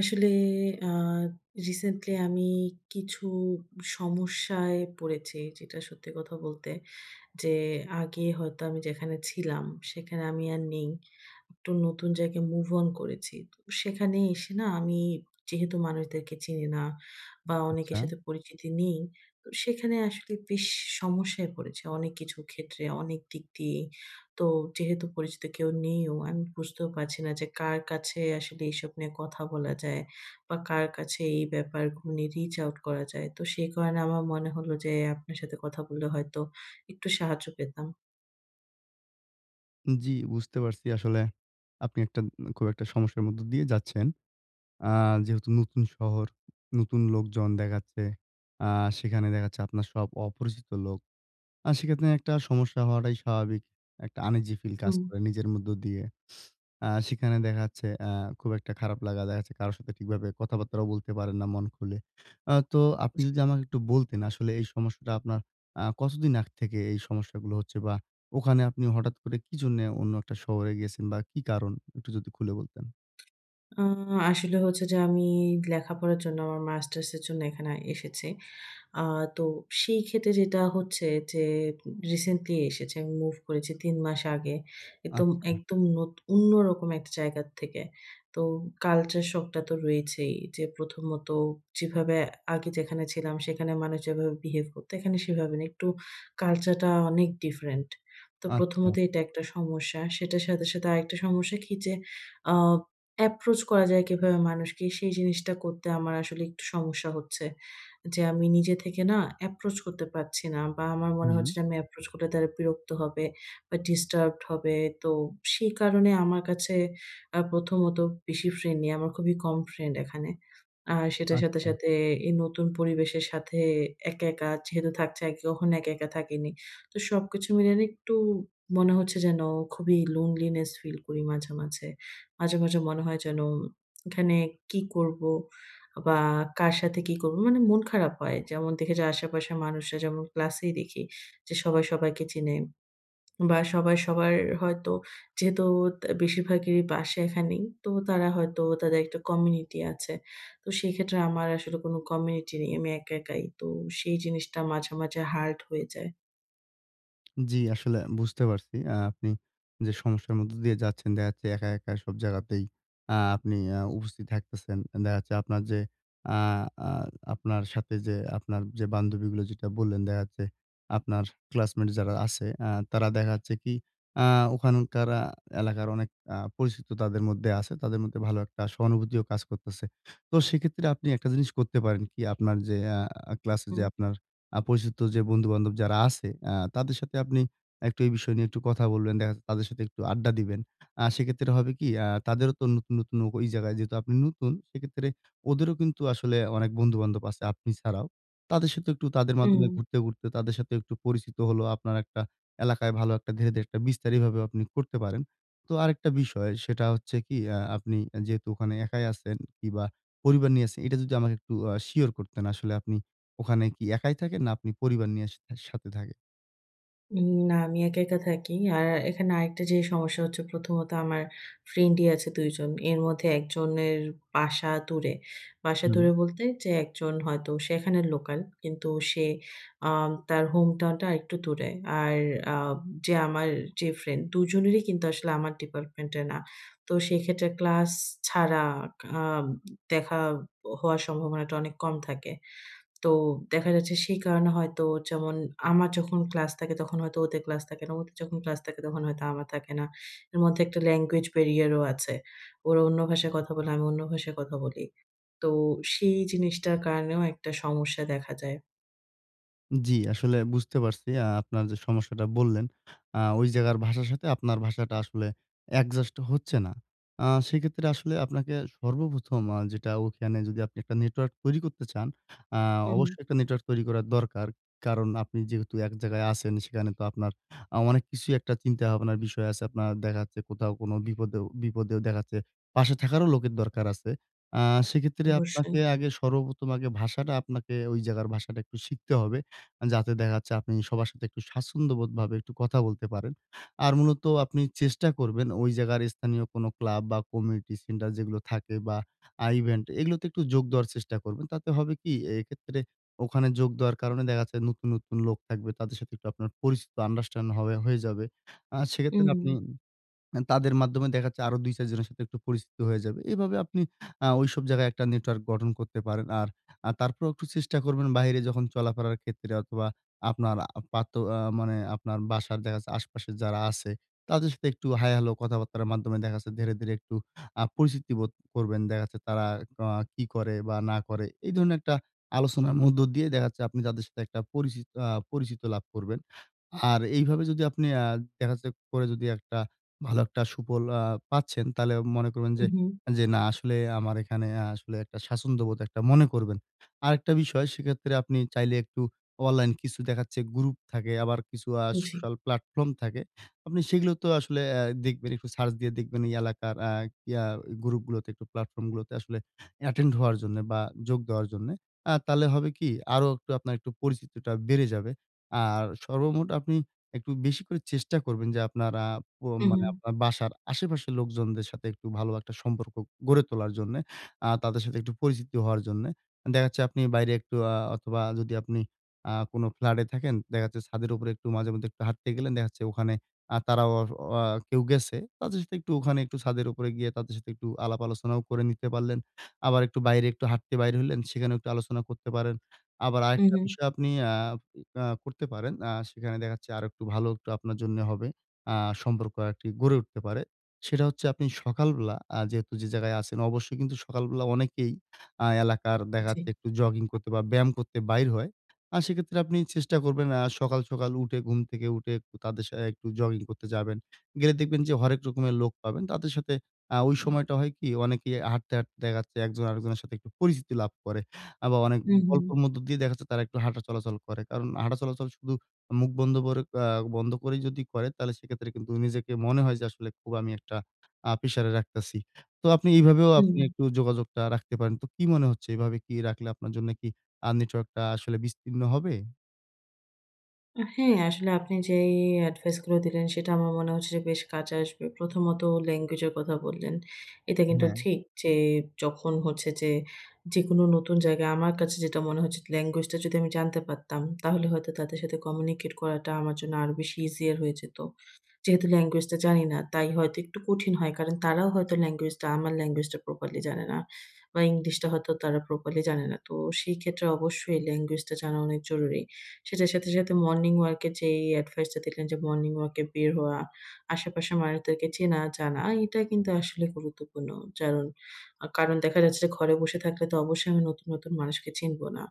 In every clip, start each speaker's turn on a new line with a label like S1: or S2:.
S1: আসলে আ রিসেন্টলি আমি কিছু সমস্যায় পড়েছি। যেটা সত্যি কথা বলতে যে আগে হয়তো আমি যেখানে ছিলাম সেখানে আমি আর নেই। একটু নতুন জায়গায় মুভ অন করেছি। তো সেখানে এসে না আমি যেহেতু মানুষদেরকে চিনি না বা অনেকের
S2: আচ্ছা।
S1: সাথে পরিচিতি নেই, তো সেখানে আসলে বেশ সমস্যায় পড়েছি অনেক কিছু ক্ষেত্রে, অনেক দিক দিয়েই। তো যেহেতু পরিচিত কেউ নেইও আমি বুঝতেও পারছি না যে কার কাছে আসলে এসব নিয়ে কথা বলা যায় বা কার কাছে এই ব্যাপারগুলো নিয়ে রিচ আউট করা যায়। তো সেই কারণে আমার মনে হলো যে আপনার সাথে কথা বললে হয়তো একটু সাহায্য পেতাম।
S2: জি, বুঝতে পারছি আসলে আপনি একটা খুব একটা সমস্যার মধ্য দিয়ে যাচ্ছেন। আ যেহেতু নতুন শহর, নতুন লোকজন দেখা যাচ্ছে, আ সেখানে দেখা যাচ্ছে আপনার সব অপরিচিত লোক। সেক্ষেত্রে একটা সমস্যা হওয়াটাই স্বাভাবিক। একটা আনইজি ফিল কাজ
S1: হুম।
S2: করে নিজের মধ্য দিয়ে। সেখানে দেখা যাচ্ছে খুব একটা খারাপ লাগা দেখা যাচ্ছে কারো সাথে ঠিকভাবে কথাবার্তাও বলতে পারেন না মন খুলে। তো আপনি
S1: জি।
S2: যদি আমাকে একটু বলতেন আসলে এই সমস্যাটা আপনার কতদিন আগ থেকে এই সমস্যাগুলো হচ্ছে? বা ওখানে আপনি হঠাৎ করে কি জন্যে অন্য একটা শহরে গিয়েছেন বা কি কারণ? একটু যদি খুলে বলতেন।
S1: আ আসলে হচ্ছে যে আমি লেখাপড়ার জন্য আমার মাস্টার্স এর জন্য এখানে এসেছি। আ তো সেই ক্ষেত্রে যেটা হচ্ছে যে রিসেন্টলি এসেছে। আমি মুভ করেছি ৩ মাস আগে। একদম,
S2: আচ্ছা,
S1: একদম অন্যরকম একটা জায়গা থেকে। তো কালচার শকটা তো রয়েছেই। যে প্রথমত যেভাবে আগে যেখানে ছিলাম সেখানে মানুষ যেভাবে বিহেভ করতো এখানে সেভাবে না। একটু কালচারটা অনেক ডিফারেন্ট। তো
S2: আচ্ছা।
S1: প্রথমত এটা একটা সমস্যা। সেটার সাথে, সাথে আরেকটা সমস্যা কি যে আ অ্যাপ্রোচ করা যায় কিভাবে মানুষকে সেই জিনিসটা করতে আমার আসলে একটু সমস্যা হচ্ছে। যে আমি নিজে থেকে অ্যাপ্রোচ করতে পারছি না বা আমার মনে
S2: হুম,
S1: হচ্ছে যে আমি অ্যাপ্রোচ করলে তারা বিরক্ত হবে বা ডিস্টার্বড হবে। তো সেই কারণে আমার কাছে প্রথমত বেশি ফ্রেন্ড নেই। আমার খুবই কম ফ্রেন্ড এখানে। আর সেটার সাথে,
S2: আচ্ছা।
S1: সাথে এই নতুন পরিবেশের সাথে একা, একা যেহেতু থাকছি আগে কখনো একা, একা থাকিনি। তো সবকিছু মিলিয়ে না একটু মনে হচ্ছে যেন খুবই লোনলিনেস ফিল করি মাঝে, মাঝে। মাঝে, মাঝে মনে হয় যেন এখানে কি করব? বা কার সাথে কি করব? মানে মন খারাপ হয়। যেমন দেখি যে আশেপাশের মানুষরা যেমন ক্লাসেই দেখি যে সবাই সবাইকে চিনে বা সবাই সবার হয়তো যেহেতু তা বেশিরভাগেরই বাসা এখানেই। তো তারা হয়তো তাদের একটা কমিউনিটি আছে। তো সেক্ষেত্রে আমার আসলে কোনো কমিউনিটি নেই। আমি একা একাই। তো সেই জিনিসটা মাঝে, মাঝে হার্ড হয়ে যায়।
S2: জি, আসলে বুঝতে পারছি। আপনি যে সমস্যার মধ্য দিয়ে যাচ্ছেন, দেখা যাচ্ছে একা, একা সব জায়গাতেই আপনি উপস্থিত থাকতেছেন। দেখা যাচ্ছে আপনার যে আ আ আপনার সাথে যে আপনার যে বান্ধবীগুলো যেটা বললেন, দেখা যাচ্ছে আপনার ক্লাসমেট যারা আছে, তারা দেখা যাচ্ছে কি আ ওখানকার এলাকার অনেক পরিচিত তাদের মধ্যে আছে। তাদের মধ্যে ভালো একটা সহানুভূতিও কাজ করতেছে। তো সেক্ষেত্রে আপনি একটা জিনিস করতে পারেন কি, আপনার যে আ আ ক্লাসে
S1: হুম,
S2: যে আপনার পরিচিত যে বন্ধু-বান্ধব যারা আছে, তাদের সাথে আপনি একটু এই বিষয় নিয়ে একটু কথা বলবেন। দেখা যাচ্ছে তাদের সাথে একটু আড্ডা দিবেন। সেক্ষেত্রে হবে কি? তাদেরও তো নতুন, নতুন ও ওই জায়গায় যেহেতু আপনি নতুন, সেক্ষেত্রে ওদেরও কিন্তু আসলে অনেক বন্ধু-বান্ধব আছে আপনি ছাড়াও। তাদের সাথে একটু তাদের
S1: হুম।
S2: মাধ্যমে ঘুরতে, ঘুরতে তাদের সাথে একটু পরিচিত হলো। আপনার একটা এলাকায় ভালো একটা ধীরে, ধীরে একটা বিস্তার এভাবেও আপনি করতে পারেন। তো আরেকটা বিষয় সেটা হচ্ছে কি? আপনি যেহেতু ওখানে একাই আছেন কিংবা পরিবার নিয়ে আছেন, এটা যদি আমাকে একটু শিওর করতেন আসলে আপনি ওখানে কি একাই থাকেন না আপনি পরিবার নিয়ে সাথে থাকেন?
S1: না, আমি একা, একা থাকি। আর এখানে আরেকটা যে সমস্যা হচ্ছে, প্রথমত আমার ফ্রেন্ডই আছে ২ জন। এর মধ্যে একজনের বাসা দূরে। বাসা
S2: হুম।
S1: দূরে বলতে যে একজন হয়তো সে এখানের লোকাল। কিন্তু সে তার হোম টাউনটা আরেকটু দূরে। আর আ যে আমার ফ্রেন্ড, ২ জনেরই কিন্তু আসলে আমার ডিপার্টমেন্টে না। তো সেক্ষেত্রে ক্লাস ছাড়া আ দেখা হওয়ার সম্ভাবনাটা অনেক কম থাকে। তো দেখা যাচ্ছে সেই কারণে হয়তো যেমন আমার যখন ক্লাস থাকে তখন হয়তো ওদের ক্লাস থাকে না। ওদের যখন ক্লাস থাকে তখন হয়তো আমার থাকে না। এর মধ্যে একটা ল্যাঙ্গুয়েজ ব্যারিয়ার ও আছে। ওরা অন্য ভাষায় কথা বলে, আমি অন্য ভাষায় কথা বলি। তো সেই জিনিসটার কারণেও একটা সমস্যা দেখা যায়।
S2: জি, আসলে বুঝতে পারছি। আপনার যে সমস্যাটা বললেন, ওই জায়গার ভাষার সাথে আপনার ভাষাটা আসলে অ্যাডজাস্ট হচ্ছে না। সেক্ষেত্রে আসলে আপনাকে সর্বপ্রথম যেটা ওখানে যদি আপনি একটা নেটওয়ার্ক তৈরি করতে চান, আ
S1: হুম,
S2: অবশ্যই একটা নেটওয়ার্ক তৈরি করার দরকার। কারণ আপনি যেহেতু এক জায়গায় আছেন, সেখানে তো আপনার অনেক কিছুই একটা চিন্তাভাবনার বিষয় আছে। আপনার দেখা যাচ্ছে কোথাও কোনো বিপদেও বিপদেও দেখা যাচ্ছে পাশে থাকারও লোকের দরকার আছে। আ সেক্ষেত্রে
S1: অবশ্যই।
S2: আপনাকে আগে সর্বপ্রথম আগে ভাষাটা আপনাকে ওই জায়গার ভাষাটা একটু শিখতে হবে। যাতে দেখা যাচ্ছে আপনি সবার সাথে একটু স্বাচ্ছন্দ্যবোধভাবে একটু কথা বলতে পারেন। আর মূলত আপনি চেষ্টা করবেন ওই জায়গার স্থানীয় কোনো ক্লাব বা কমিউনিটি সেন্টার যেগুলো থাকে বা ইভেন্ট এগুলোতে একটু যোগ দেওয়ার চেষ্টা করবেন। তাতে হবে কি এক্ষেত্রে ওখানে যোগ দেওয়ার কারণে দেখা যাচ্ছে নতুন, নতুন লোক থাকবে। তাদের সাথে একটু আপনার পরিচিত আন্ডারস্ট্যান্ড হবে হয়ে যাবে। সেক্ষেত্রে
S1: হুম,
S2: আপনি তাদের মাধ্যমে দেখা যাচ্ছে আরো ২-৪ জনের সাথে একটু পরিচিত হয়ে যাবে। এভাবে আপনি ওইসব জায়গায় একটা নেটওয়ার্ক গঠন করতে পারেন। আর তারপরেও একটু চেষ্টা করবেন বাইরে যখন চলাফেরার ক্ষেত্রে অথবা আপনার আ পাত আ মানে আপনার বাসার দেখা যাচ্ছে আশপাশে যারা আছে, তাদের সাথে একটু হাই হ্যালো কথাবার্তার মাধ্যমে দেখা যাচ্ছে ধীরে, ধীরে একটু পরিচিতি বোধ করবেন। দেখা যাচ্ছে তারা আ কি করে বা না করে। এই ধরনের একটা আলোচনার মধ্য দিয়ে দেখা যাচ্ছে আপনি তাদের সাথে একটা পরিচিত লাভ করবেন। আর এইভাবে যদি আপনি দেখা যাচ্ছে করে যদি একটা ভালো একটা সুফল পাচ্ছেন, তাহলে মনে করবেন যে,
S1: উহু,
S2: যে না আসলে আমার এখানে আসলে একটা স্বাচ্ছন্দ্যবোধ একটা মনে করবেন। আরেকটা বিষয় সেক্ষেত্রে আপনি চাইলে একটু অনলাইন কিছু দেখাচ্ছে গ্রুপ থাকে, আবার কিছু
S1: জি।
S2: সোশ্যাল প্ল্যাটফর্ম থাকে। আপনি সেগুলোতেও আসলে দেখবেন একটু সার্চ দিয়ে দেখবেন এই এলাকার আ ইয়া গ্রুপগুলোতে একটু প্ল্যাটফর্মগুলোতে আসলে অ্যাটেন্ড হওয়ার জন্যে বা যোগ দেওয়ার জন্যে। তাহলে হবে কি আরো একটু আপনার একটু পরিচিতিটা বেড়ে যাবে। আর সর্বমোট আপনি একটু বেশি করে চেষ্টা করবেন যে আপনারা প
S1: উহু,
S2: মানে আপনার বাসার আশেপাশের লোকজনদের সাথে একটু ভালো একটা সম্পর্ক গড়ে তোলার জন্যে, তাদের সাথে একটু পরিচিত হওয়ার জন্যে। দেখা যাচ্ছে আপনি বাইরে একটু অথবা যদি আপনি কোনো ফ্ল্যাটে থাকেন, দেখা যাচ্ছে ছাদের উপরে একটু মাঝেমধ্যে একটু হাঁটতে গেলেন, দেখা যাচ্ছে ওখানে আ তারাও অ আ কেউ গেছে। তাদের সাথে একটু ওখানে একটু ছাদের উপরে গিয়ে তাদের সাথে একটু আলাপ আলোচনাও করে নিতে পারলেন। আবার একটু বাইরে একটু হাঁটতে বাইর হইলেন, সেখানেও একটু আলোচনা করতে পারেন। আবার আরেকটা
S1: উহু,
S2: বিষয় আপনি আ আ করতে পারেন। সেখানে দেখা যাচ্ছে আরেকটু ভালো একটু আপনার জন্যে হবে। আ সম্পর্ক আরেকটি গড়ে উঠতে পারে। সেটা হচ্ছে আপনি সকালবেলা যেহেতু যে জায়গায় আছেন অবশ্যই কিন্তু সকালবেলা অনেকেই এলাকার দেখা
S1: জি।
S2: যাচ্ছে একটু জগিং করতে বা ব্যায়াম করতে বাইর হয়। সেক্ষেত্রে আপনি চেষ্টা করবেন সকাল, সকাল উঠে ঘুম থেকে উঠে একটু তাদের সাথে একটু জগিং করতে যাবেন। গেলে দেখবেন যে হরেক রকমের লোক পাবেন। তাদের সাথে ওই সময়টা হয় কি অনেকেই হাঁটতে, হাঁটতে দেখা যাচ্ছে একজন আরেকজনের সাথে একটু পরিচিতি লাভ করে। আবার অনেক
S1: উহু, হুম।
S2: গল্পের মধ্য দিয়ে দেখা যাচ্ছে তারা একটু হাঁটা চলাচল করে। কারণ হাঁটা চলাচল শুধু মুখ বন্ধ করে বন্ধ করেই যদি করে তাহলে সেক্ষেত্রে কিন্তু নিজেকে মনে হয় যে আসলে খুব আমি একটা প্রেশারে রাখতাছি। তো আপনি এইভাবেও
S1: হুম,
S2: আপনি একটু যোগাযোগটা রাখতে পারেন। তো কি মনে হচ্ছে এভাবে কি রাখলে আপনার জন্য কি নেটওয়ার্কটা আসলে বিস্তীর্ণ হবে?
S1: হ্যাঁ, আসলে আপনি যেই এডভাইস গুলো দিলেন সেটা আমার মনে হচ্ছে যে বেশ কাজে আসবে। প্রথমত ল্যাঙ্গুয়েজ এর কথা বললেন। এটা কিন্তু
S2: হ্যাঁ,
S1: ঠিক যে যখন হচ্ছে যে যেকোনো নতুন জায়গায় আমার কাছে যেটা মনে হচ্ছে ল্যাঙ্গুয়েজটা যদি আমি জানতে পারতাম তাহলে হয়তো তাদের সাথে কমিউনিকেট করাটা আমার জন্য আরো বেশি ইজিয়ার হয়ে যেত। যেহেতু ল্যাঙ্গুয়েজটা জানি না, তাই হয়তো একটু কঠিন হয়। কারণ তারাও হয়তো আমার ল্যাঙ্গুয়েজটা প্রপারলি জানে না বা ইংলিশটা হয়তো তারা প্রপারলি জানে না। তো সেই ক্ষেত্রে অবশ্যই ল্যাঙ্গুয়েজটা জানা অনেক জরুরি। সেটার সাথে, সাথে মর্নিং ওয়াক এর যে এই অ্যাডভাইসটা দিলেন যে মর্নিং ওয়াকে বের হওয়া, আশেপাশের মানুষদেরকে চেনা জানা এটা কিন্তু আসলে গুরুত্বপূর্ণ। কারণ, কারণ দেখা যাচ্ছে যে ঘরে বসে থাকলে তো অবশ্যই আমি নতুন, নতুন মানুষকে চিনব না।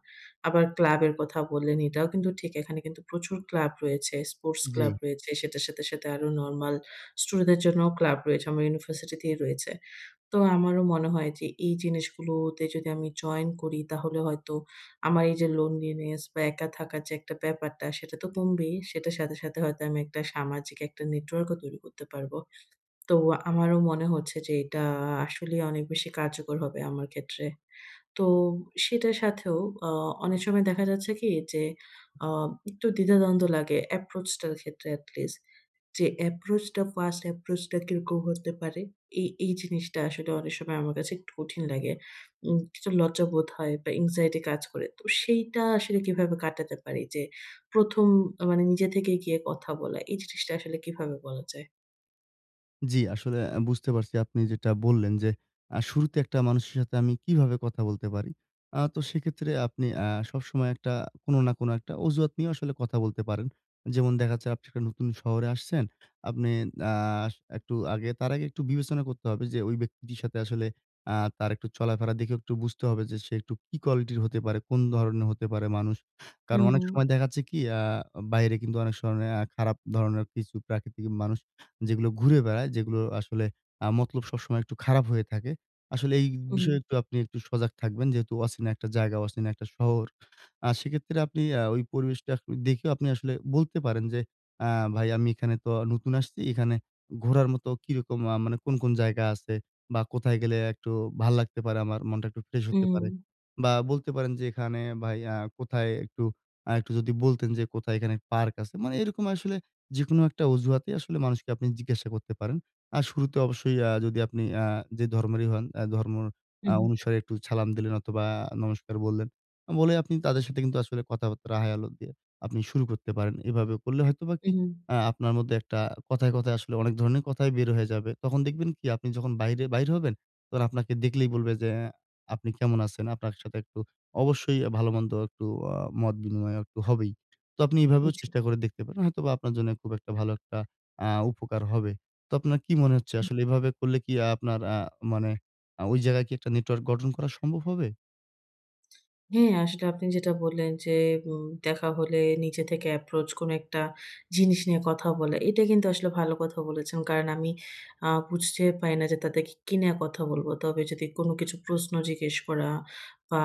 S1: আবার ক্লাবের কথা বললেন এটাও কিন্তু ঠিক। এখানে কিন্তু প্রচুর ক্লাব রয়েছে, স্পোর্টস
S2: জি।
S1: ক্লাব রয়েছে। সেটার সাথে, সাথে আরো নরমাল স্টুডেন্টদের জন্যও ক্লাব রয়েছে। আমার ইউনিভার্সিটিতেই রয়েছে। তো আমারও মনে হয় যে এই জিনিসগুলোতে যদি আমি জয়েন করি তাহলে হয়তো আমার এই যে লোনলিনেস বা একা থাকার যে একটা ব্যাপারটা সেটা তো কমবেই। সেটার সাথে, সাথে হয়তো আমি একটা সামাজিক একটা নেটওয়ার্কও তৈরি করতে পারবো। তো আমারও মনে হচ্ছে যে এটা আসলেই অনেক বেশি কার্যকর হবে আমার ক্ষেত্রে। তো সেটার সাথেও আ অনেক সময় দেখা যাচ্ছে কি যে আ একটু দ্বিধাদ্বন্দ্ব লাগে approach টার ক্ষেত্রে at least যে approach টা ফার্স্ট approach টা কিরকম হতে পারে? এই জিনিসটা আসলে অনেক সময় আমার কাছে একটু কঠিন লাগে। কিছু লজ্জাবোধ হয় বা anxiety কাজ করে। তো সেইটা আসলে কিভাবে কাটাতে পারি? যে ১ম মানে নিজে থেকে গিয়ে কথা বলা, এই জিনিসটা আসলে কিভাবে বলা যায়?
S2: জি, আসলে বুঝতে পারছি আপনি যেটা বললেন যে, শুরুতে একটা মানুষের সাথে আমি কিভাবে কথা বলতে পারি। তো সেক্ষেত্রে আপনি সবসময় একটা কোনো না কোনো একটা অজুহাত নিয়ে আসলে কথা বলতে পারেন। যেমন দেখা যাচ্ছে আপনি একটা নতুন শহরে আসছেন। আপনি আ একটু আগে তার আগে একটু বিবেচনা করতে হবে যে, ওই ব্যক্তিটির সাথে আসলে আ তার একটু চলাফেরা দেখেও একটু বুঝতে হবে যে, সে একটু কি কোয়ালিটির হতে পারে, কোন ধরনের হতে পারে মানুষ। কারণ অনেক
S1: হুম,
S2: সময় দেখা যাচ্ছে কি বাইরে কিন্তু অনেক সময় খারাপ ধরনের কিছু প্রাকৃতিক মানুষ যেগুলো ঘুরে বেড়ায়, যেগুলো আসলে মতলব সবসময় একটু খারাপ হয়ে থাকে। আসলে এই
S1: হুম,
S2: বিষয়ে একটু আপনি একটু সজাগ থাকবেন যেহেতু অচেনা একটা জায়গা, অচেনা একটা শহর। সেক্ষেত্রে আপনি ওই পরিবেশটা আপনি দেখেও আপনি আসলে বলতে পারেন যে, "আ ভাই আমি এখানে তো নতুন আসছি। এখানে ঘোরার মতো কিরকম মানে কোন, কোন জায়গা আছে বা কোথায় গেলে একটু ভাল লাগতে পারে আমার, মনটা একটু ফ্রেশ হতে
S1: হুম,
S2: পারে?" বা বলতে পারেন যে, "এখানে ভাই কোথায় একটু একটু যদি বলতেন যে কোথায় এখানে পার্ক আছে?" মানে এরকম আসলে যেকোনো একটা অজুহাতে আসলে মানুষকে আপনি জিজ্ঞাসা করতে পারেন। আর শুরুতে অবশ্যই যদি আপনি যে ধর্মেরই হন, ধর্ম
S1: হুম,
S2: অনুসারে একটু সালাম দিলেন অথবা নমস্কার বললেন। বলে আপনি তাদের সাথে কিন্তু আসলে কথাবার্তা হাই হ্যালো দিয়ে আপনি শুরু করতে পারেন। এভাবে করলে হয়তোবা কি
S1: হুম,
S2: আপনার মধ্যে একটা কথায়, কথায় আসলে অনেক ধরনের কথাই বের হয়ে যাবে। তখন দেখবেন কি আপনি যখন বাইরে বাইর হবেন, তখন আপনাকে দেখলেই বলবে যে, আহ, "আপনি কেমন আছেন?" আপনার সাথে একটু অবশ্যই ভালো-মন্দ একটু আ মত বিনিময় একটু হবেই। তো আপনি এভাবেও
S1: জি।
S2: চেষ্টা করে দেখতে পারেন। হয়তোবা আপনার জন্য খুব একটা ভালো একটা উপকার হবে। তো আপনার কি মনে হচ্ছে আসলে এভাবে করলে কি আপনার মানে ওই জায়গায় কি একটা নেটওয়ার্ক গঠন করা সম্ভব হবে?
S1: হ্যাঁ, আসলে আপনি যেটা বললেন যে, দেখা হলে নিজে থেকে approach কোনো একটা জিনিস নিয়ে কথা বলা। এটা কিন্তু আসলে ভালো কথা বলেছেন। কারণ আমি বুঝতে পারি না যে তাদেরকে কি নিয়ে কথা বলবো। তবে যদি কোনো কিছু প্রশ্ন জিজ্ঞেস করা বা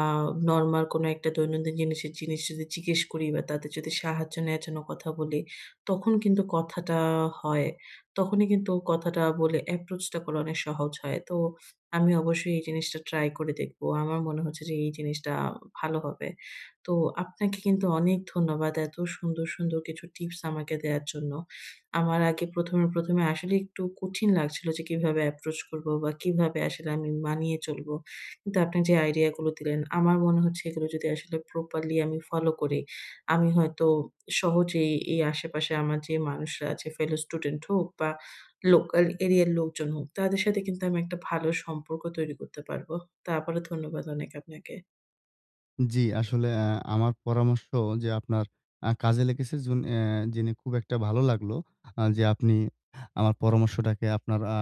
S1: নরমাল কোনো একটা দৈনন্দিন জিনিস যদি জিজ্ঞেস করি বা তাদের যদি সাহায্য নেওয়ার জন্য কথা বলি, তখন কিন্তু কথাটা হয়। তখনই কিন্তু কথাটা বলে approach টা করা অনেক সহজ হয়। তো আমি অবশ্যই এই জিনিসটা ট্রাই করে দেখবো। আমার মনে হচ্ছে যে এই জিনিসটা ভালো হবে। তো আপনাকে কিন্তু অনেক ধন্যবাদ এত সুন্দর, সুন্দর কিছু টিপস আমাকে দেয়ার জন্য। আমার আগে ১ম এ আসলে একটু কঠিন লাগছিল যে কিভাবে অ্যাপ্রোচ করবো বা কিভাবে আসলে আমি মানিয়ে চলবো। কিন্তু আপনি যে আইডিয়া গুলো দিলেন আমার মনে হচ্ছে এগুলো যদি আসলে প্রপারলি আমি ফলো করি, আমি হয়তো সহজেই এই আশেপাশে আমার যে মানুষরা আছে ফেলো স্টুডেন্ট হোক বা লোকাল এরিয়ার লোকজন হোক, তাদের সাথে কিন্তু আমি একটা ভালো সম্পর্ক তৈরি করতে পারবো। তো আবারও ধন্যবাদ অনেক আপনাকে।
S2: জি, আসলে আমার পরামর্শ যে আপনার কাজে লেগেছে জুন অ্যা জেনে খুব একটা ভালো লাগলো। যে আপনি আমার পরামর্শটাকে আপনার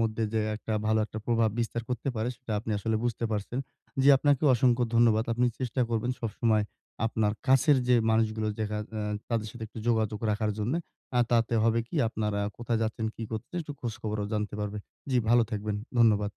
S2: মধ্যে যে একটা ভালো একটা প্রভাব বিস্তার করতে পারে সেটা আপনি আসলে বুঝতে পারছেন। জি, আপনাকে অসংখ্য ধন্যবাদ। আপনি চেষ্টা করবেন সবসময় আপনার কাছের যে মানুষগুলো দেখা তাদের সাথে একটু যোগাযোগ রাখার জন্যে। তাতে হবে কি আপনারা কোথায় যাচ্ছেন, কি করতেছেন একটু খোঁজখবরও জানতে পারবে। জি, ভালো থাকবেন। ধন্যবাদ।